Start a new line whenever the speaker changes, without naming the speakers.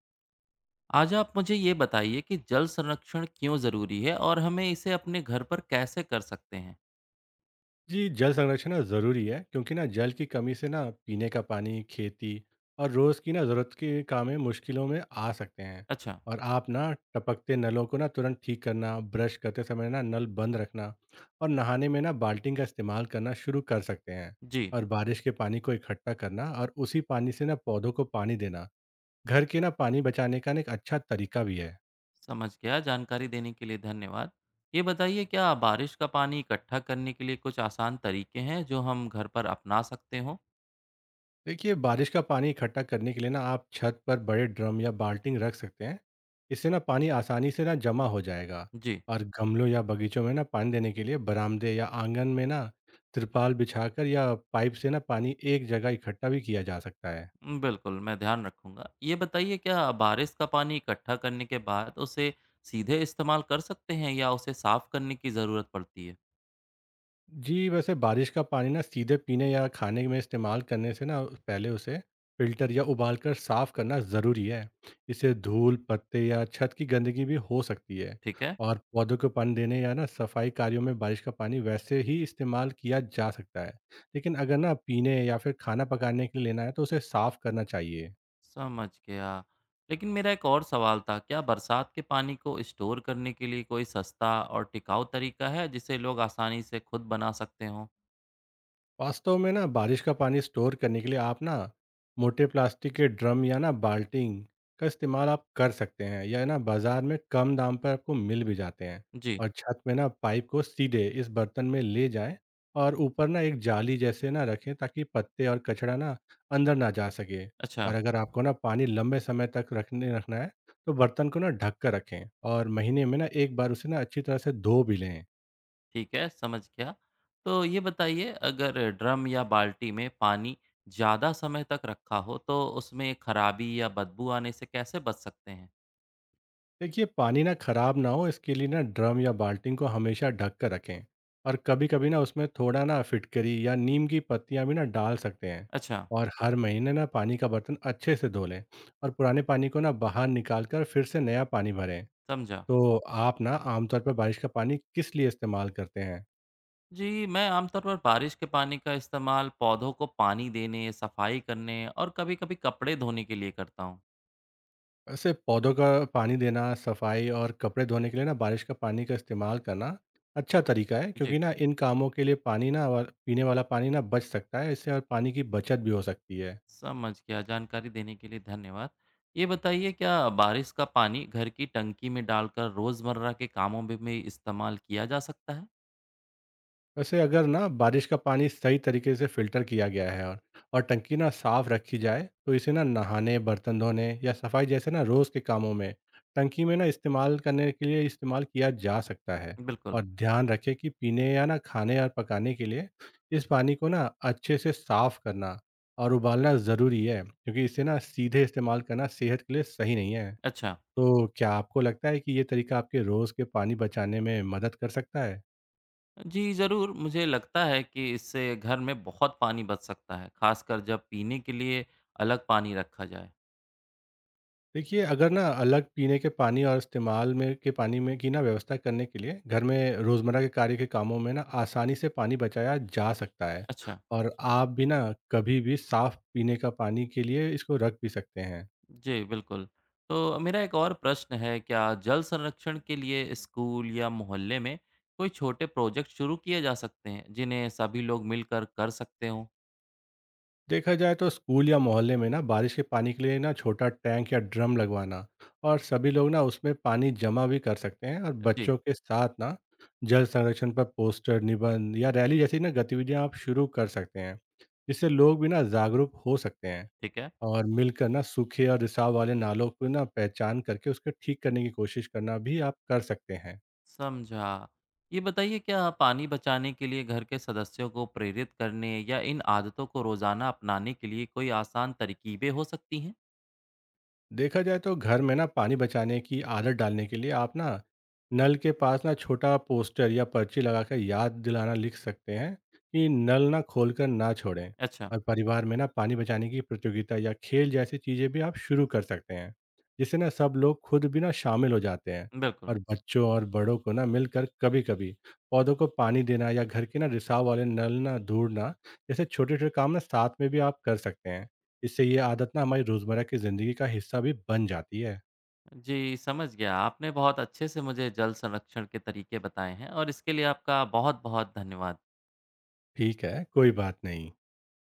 आज आप मुझे ये बताइए कि जल संरक्षण क्यों ज़रूरी है और हमें इसे अपने घर पर कैसे कर सकते हैं?
जी, जल संरक्षण ना ज़रूरी है क्योंकि ना जल की कमी से ना पीने का पानी, खेती और रोज़ की ना ज़रूरत के काम में मुश्किलों में आ सकते हैं।
अच्छा।
और आप ना टपकते नलों को ना तुरंत ठीक करना, ब्रश करते समय ना नल बंद रखना और नहाने में ना बाल्टी का इस्तेमाल करना शुरू कर सकते हैं।
जी।
और बारिश के पानी को इकट्ठा करना और उसी पानी से ना पौधों को पानी देना, घर के ना पानी बचाने का ना एक अच्छा तरीका भी है।
समझ गया। जानकारी देने के लिए धन्यवाद। ये बताइए क्या बारिश का पानी इकट्ठा करने के लिए कुछ आसान तरीके हैं जो हम घर पर अपना सकते हों?
देखिए, बारिश का पानी इकट्ठा करने के लिए ना आप छत पर बड़े ड्रम या बाल्टी रख सकते हैं, इससे ना पानी आसानी से ना जमा हो जाएगा।
जी,
और गमलों या बगीचों में ना पानी देने के लिए बरामदे या आंगन में ना तिरपाल बिछाकर या पाइप से ना पानी एक जगह इकट्ठा भी किया जा सकता है।
बिल्कुल, मैं ध्यान रखूँगा। ये बताइए क्या बारिश का पानी इकट्ठा करने के बाद उसे सीधे इस्तेमाल कर सकते हैं या उसे साफ़ करने की ज़रूरत पड़ती है?
जी, वैसे बारिश का पानी ना सीधे पीने या खाने में इस्तेमाल करने से ना पहले उसे फ़िल्टर या उबाल कर साफ़ करना ज़रूरी है। इससे धूल, पत्ते या छत की गंदगी भी हो सकती है।
ठीक है।
और पौधों को पानी देने या ना सफाई कार्यों में बारिश का पानी वैसे ही इस्तेमाल किया जा सकता है। लेकिन अगर ना पीने या फिर खाना पकाने के लिए लेना है तो उसे साफ़ करना चाहिए।
समझ गया। लेकिन मेरा एक और सवाल था, क्या बरसात के पानी को स्टोर करने के लिए कोई सस्ता और टिकाऊ तरीका है, जिसे लोग आसानी से खुद बना सकते हों?
वास्तव में ना बारिश का पानी स्टोर करने के लिए आप ना मोटे प्लास्टिक के ड्रम या ना बाल्टिंग का इस्तेमाल आप कर सकते हैं, या ना बाजार में कम दाम पर आपको मिल भी जाते हैं।
जी।
और छत में ना पाइप को सीधे इस बर्तन में ले जाएं और ऊपर ना एक जाली जैसे ना रखें, ताकि पत्ते और कचरा ना अंदर ना जा सके।
अच्छा।
और अगर आपको ना पानी लंबे समय तक रखने रखना है तो बर्तन को ना ढक कर रखें और महीने में ना एक बार उसे ना अच्छी तरह से धो भी लें।
ठीक है, समझ गया। तो ये बताइए, अगर ड्रम या बाल्टी में पानी ज़्यादा समय तक रखा हो, तो उसमें खराबी या बदबू आने से कैसे बच सकते हैं?
देखिए, पानी ना खराब ना हो इसके लिए ना ड्रम या बाल्टी को हमेशा ढक कर रखें। और कभी कभी ना उसमें थोड़ा ना फिटकरी या नीम की पत्तियां भी ना डाल सकते हैं।
अच्छा।
और हर महीने ना पानी का बर्तन अच्छे से धो लें और पुराने पानी को ना बाहर निकाल कर फिर से नया पानी भरें।
समझा।
तो आप ना आमतौर पर बारिश का पानी किस लिए इस्तेमाल करते हैं?
जी, मैं आमतौर पर बारिश के पानी का इस्तेमाल पौधों को पानी देने, सफाई करने और कभी-कभी कपड़े धोने के लिए करता हूँ।
वैसे पौधों का पानी देना, सफाई और कपड़े धोने के लिए ना बारिश का पानी का इस्तेमाल करना अच्छा तरीका है,
जी।
क्योंकि ना इन कामों के लिए पानी ना पीने वाला पानी ना बच सकता है इससे, और पानी की बचत भी हो सकती है।
समझ गया। जानकारी देने के लिए धन्यवाद। ये बताइए क्या बारिश का पानी घर की टंकी में डालकर रोज़मर्रा के कामों में भी इस्तेमाल किया जा सकता है?
वैसे अगर ना बारिश का पानी सही तरीके से फिल्टर किया गया है और टंकी ना साफ रखी जाए तो इसे ना नहाने, बर्तन धोने या सफाई जैसे ना रोज़ के कामों में, टंकी में ना इस्तेमाल करने के लिए इस्तेमाल किया जा सकता है।
बिल्कुल।
और ध्यान रखें कि पीने या ना खाने और पकाने के लिए इस पानी को ना अच्छे से साफ करना और उबालना ज़रूरी है, क्योंकि इसे ना सीधे इस्तेमाल करना सेहत के लिए सही नहीं है।
अच्छा।
तो क्या आपको लगता है कि ये तरीका आपके रोज़ के पानी बचाने में मदद कर सकता है?
जी ज़रूर, मुझे लगता है कि इससे घर में बहुत पानी बच सकता है, खासकर जब पीने के लिए अलग पानी रखा जाए।
देखिए, अगर ना अलग पीने के पानी और इस्तेमाल में के पानी में की ना व्यवस्था करने के लिए घर में रोज़मर्रा के कार्य के कामों में ना आसानी से पानी बचाया जा सकता है।
अच्छा।
और आप भी ना कभी भी साफ़ पीने का पानी के लिए इसको रख भी सकते हैं।
जी, बिल्कुल। तो मेरा एक और प्रश्न है, क्या जल संरक्षण के लिए स्कूल या मोहल्ले में कोई छोटे प्रोजेक्ट शुरू किए जा सकते हैं, जिन्हें सभी लोग मिलकर कर सकते हों?
देखा जाए तो स्कूल या मोहल्ले में ना बारिश के पानी के लिए ना छोटा टैंक या ड्रम लगवाना, और सभी लोग ना उसमें पानी जमा भी कर सकते हैं। और
जी।
बच्चों के साथ ना जल संरक्षण पर पोस्टर, निबंध या रैली जैसी ना गतिविधियां आप शुरू कर सकते हैं, जिससे लोग भी ना जागरूक हो सकते हैं।
ठीक है,
और मिलकर ना सूखे और रिसाव वाले नालों को ना पहचान करके उसको ठीक करने की कोशिश करना भी आप कर सकते हैं।
समझा। ये बताइए क्या पानी बचाने के लिए घर के सदस्यों को प्रेरित करने या इन आदतों को रोज़ाना अपनाने के लिए कोई आसान तरकीबें हो सकती हैं?
देखा जाए तो घर में ना पानी बचाने की आदत डालने के लिए आप ना नल के पास ना छोटा पोस्टर या पर्ची लगाकर याद दिलाना लिख सकते हैं कि नल ना खोलकर ना छोड़ें।
अच्छा।
और परिवार में ना पानी बचाने की प्रतियोगिता या खेल जैसी चीज़ें भी आप शुरू कर सकते हैं, जिससे ना सब लोग खुद भी ना शामिल हो जाते हैं।
बिल्कुल।
और बच्चों और बड़ों को ना मिलकर कभी कभी पौधों को पानी देना या घर के ना रिसाव वाले नल ना ढूंढना जैसे छोटे छोटे काम ना साथ में भी आप कर सकते हैं। इससे ये आदत ना हमारी रोज़मर्रा की ज़िंदगी का हिस्सा भी बन जाती है।
जी, समझ गया। आपने बहुत अच्छे से मुझे जल संरक्षण के तरीके बताए हैं और इसके लिए आपका बहुत-बहुत धन्यवाद।
ठीक है, कोई बात नहीं।